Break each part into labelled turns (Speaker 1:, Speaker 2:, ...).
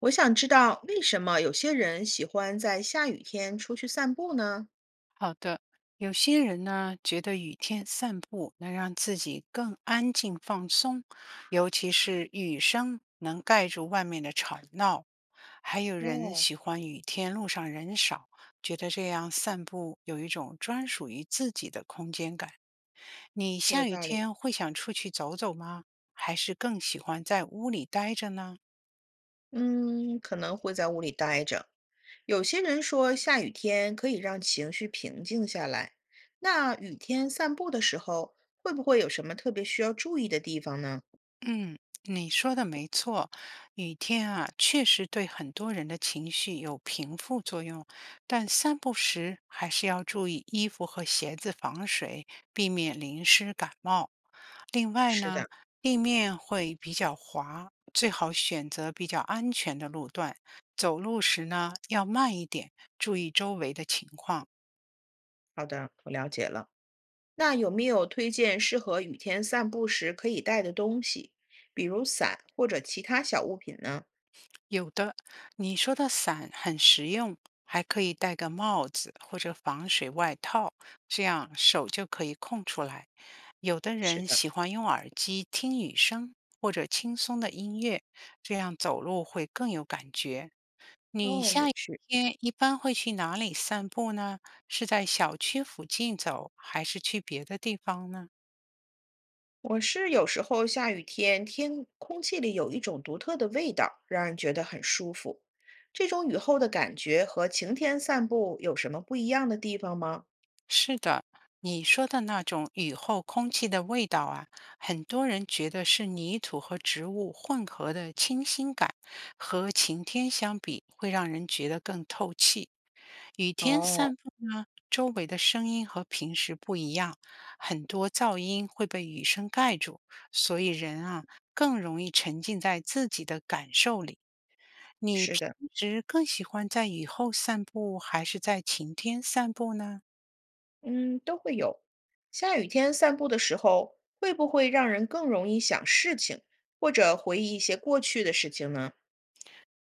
Speaker 1: 我想知道为什么有些人喜欢在下雨天出去散步呢？
Speaker 2: 好的，有些人呢觉得雨天散步能让自己更安静放松，尤其是雨声能盖住外面的吵闹。还有人
Speaker 1: 哦，
Speaker 2: 喜欢雨天路上人少，觉得这样散步有一种专属于自己的空间感。你
Speaker 1: 有
Speaker 2: 下雨
Speaker 1: 道理。
Speaker 2: 天会想出去走走吗？还是更喜欢在屋里待着呢？
Speaker 1: 嗯，可能会在屋里待着。有些人说下雨天可以让情绪平静下来。那雨天散步的时候，会不会有什么特别需要注意的地方呢？
Speaker 2: 嗯，你说的没错，雨天啊，确实对很多人的情绪有平复作用，但散步时还是要注意衣服和鞋子防水，避免淋湿感冒。另外
Speaker 1: 是
Speaker 2: 呢，
Speaker 1: 的，
Speaker 2: 地面会比较滑，最好选择比较安全的路段。走路时呢，要慢一点，注意周围的情况。
Speaker 1: 好的，我了解了。那有没有推荐适合雨天散步时可以带的东西，比如伞或者其他小物品呢？
Speaker 2: 有的，你说的伞很实用，还可以戴个帽子或者防水外套，这样手就可以空出来。有的
Speaker 1: 是
Speaker 2: 人
Speaker 1: 的，
Speaker 2: 喜欢用耳机听雨声或者轻松的音乐，这样走路会更有感觉。你
Speaker 1: 哦，
Speaker 2: 下
Speaker 1: 有
Speaker 2: 雨
Speaker 1: 趣。
Speaker 2: 天一般会去哪里散步呢？是在小区附近走，还是去别的地方呢？
Speaker 1: 我是有时候下雨天，天空气里有一种独特的味道，让人觉得很舒服。这种雨后的感觉和晴天散步有什么不一样的地方吗？
Speaker 2: 是的，你说的那种雨后空气的味道啊，很多人觉得是泥土和植物混合的清新感，和晴天相比，会让人觉得更透气。雨天
Speaker 1: 哦，
Speaker 2: 散步呢，周围的声音和平时不一样，很多噪音会被雨声盖住，所以人啊更容易沉浸在自己的感受里。你
Speaker 1: 是
Speaker 2: 平
Speaker 1: 的，
Speaker 2: 时更喜欢在雨后散步，还是在晴天散步呢？
Speaker 1: 嗯，都会有。下雨天散步的时候，会不会让人更容易想事情，或者回忆一些过去的事情呢？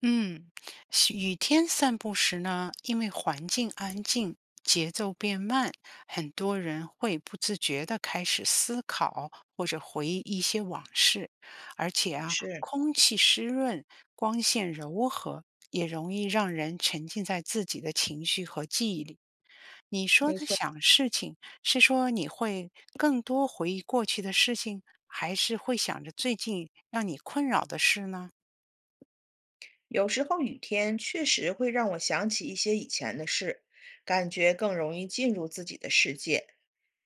Speaker 2: 嗯，是雨天散步时呢，因为环境安静，节奏变慢，很多人会不自觉地开始思考或者回忆一些往事，而且啊，
Speaker 1: 是，
Speaker 2: 空气湿润，光线柔和，也容易让人沉浸在自己的情绪和记忆里。你说
Speaker 1: 没
Speaker 2: 的
Speaker 1: 错，
Speaker 2: 想事情，是说你会更多回忆过去的事情，还是会想着最近让你困扰的事呢？
Speaker 1: 有时候雨天确实会让我想起一些以前的事，感觉更容易进入自己的世界。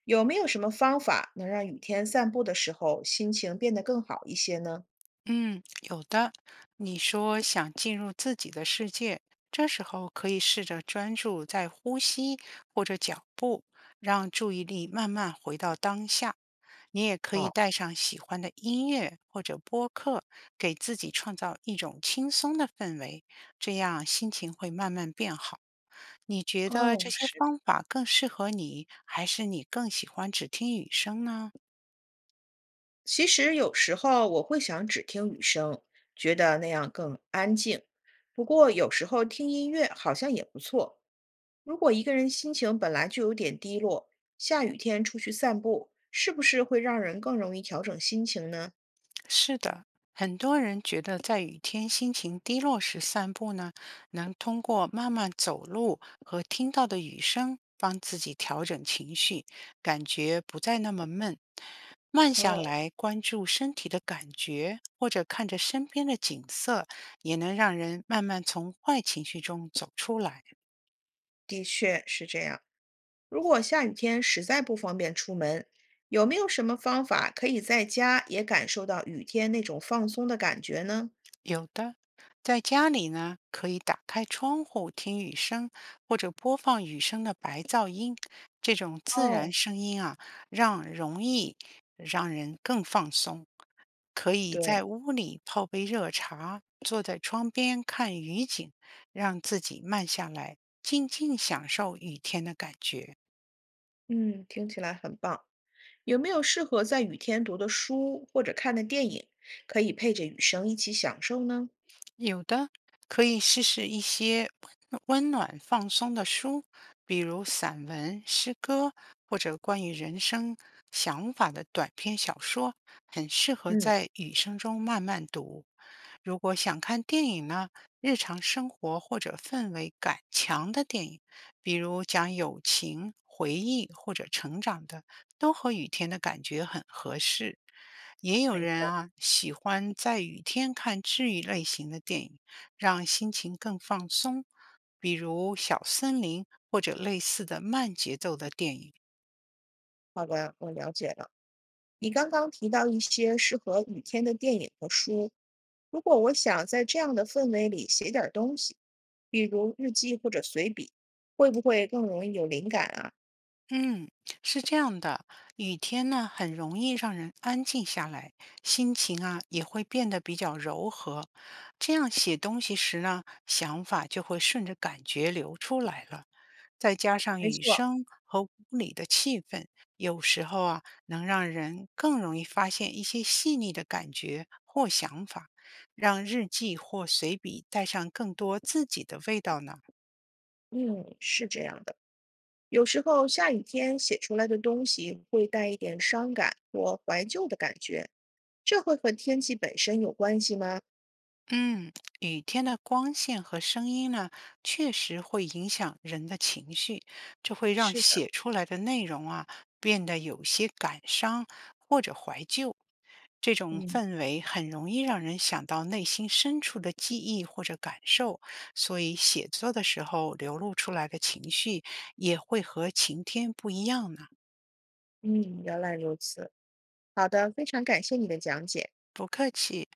Speaker 1: 有没有什么方法能让雨天散步的时候心情变得更好一些呢？
Speaker 2: 嗯，有的。你说想进入自己的世界，这时候可以试着专注在呼吸或者脚步，让注意力慢慢回到当下。你也可以
Speaker 1: 好，
Speaker 2: 带上喜欢的音乐或者播客，给自己创造一种轻松的氛围，这样心情会慢慢变好。你觉得
Speaker 1: 哦，
Speaker 2: 这些
Speaker 1: 是
Speaker 2: 方
Speaker 1: 的。
Speaker 2: 法更适合你，还是你更喜欢只听雨声呢？
Speaker 1: 其实有时候我会想只听雨声，觉得那样更安静。不过有时候听音乐好像也不错。如果一个人心情本来就有点低落，下雨天出去散步，是不是会让人更容易调整心情呢？
Speaker 2: 是的，很多人觉得在雨天心情低落时散步呢，能通过慢慢走路和听到的雨声帮自己调整情绪，感觉不再那么闷。慢下
Speaker 1: 哦，
Speaker 2: 来，关注身体的感觉，或者看着身边的景色，也能让人慢慢从坏情绪中走出来。
Speaker 1: 的确是这样。如果下雨天实在不方便出门，有没有什么方法可以在家也感受到雨天那种放松的感觉呢？
Speaker 2: 有的，在家里呢，可以打开窗户听雨声，或者播放雨声的白噪音。这种自然
Speaker 1: 哦，
Speaker 2: 声音啊，让容易让人更放松。可以
Speaker 1: 对，
Speaker 2: 在屋里泡杯热茶，坐在窗边看雨景，让自己慢下来，静静享受雨天的感觉。
Speaker 1: 嗯，听起来很棒。有没有适合在雨天读的书或者看的电影，可以配着雨声一起享受呢？
Speaker 2: 有的可以试试一些温温暖放松的书，比如散文、诗歌或者关于人生想法的短篇小说，很适合
Speaker 1: 嗯，
Speaker 2: 在雨声中慢慢读。如果想看电影呢，日常生活或者氛围感强的电影，比如讲友情、回忆或者成长的，都和雨天的感觉很合适。也有
Speaker 1: 没
Speaker 2: 人
Speaker 1: 错。
Speaker 2: 啊喜欢在雨天看治愈类型的电影，让心情更放松，比如《小森林》或者类似的慢节奏的电影。
Speaker 1: 好的，我了解了。你刚刚提到一些适合雨天的电影和书，如果我想在这样的氛围里写点儿东西，比如日记或者随笔，会不会更容易有灵感啊？
Speaker 2: 嗯，是这样的，雨天呢很容易让人安静下来，心情啊也会变得比较柔和。这样写东西时呢，想法就会顺着感觉流出来了。再加上
Speaker 1: 没
Speaker 2: 雨
Speaker 1: 错，
Speaker 2: 声和屋里的气氛，有时候啊能让人更容易发现一些细腻的感觉或想法，让日记或随笔带上更多自己的味道呢。
Speaker 1: 嗯，是这样的。有时候下雨天写出来的东西会带一点伤感或怀旧的感觉，这会和天气本身有关系吗？
Speaker 2: 嗯，雨天的光线和声音呢，确实会影响人的情绪，这会让
Speaker 1: 是的。
Speaker 2: 写出来的内容啊变得有些感伤或者怀旧。这种
Speaker 1: 嗯
Speaker 2: 氛围很容易让人想到内心深处的记忆或者感受，所以写作的时候流露出来的情绪也会和晴天不一样呢。
Speaker 1: 嗯，原来如此。好的，非常感谢你的讲解。
Speaker 2: 不客气。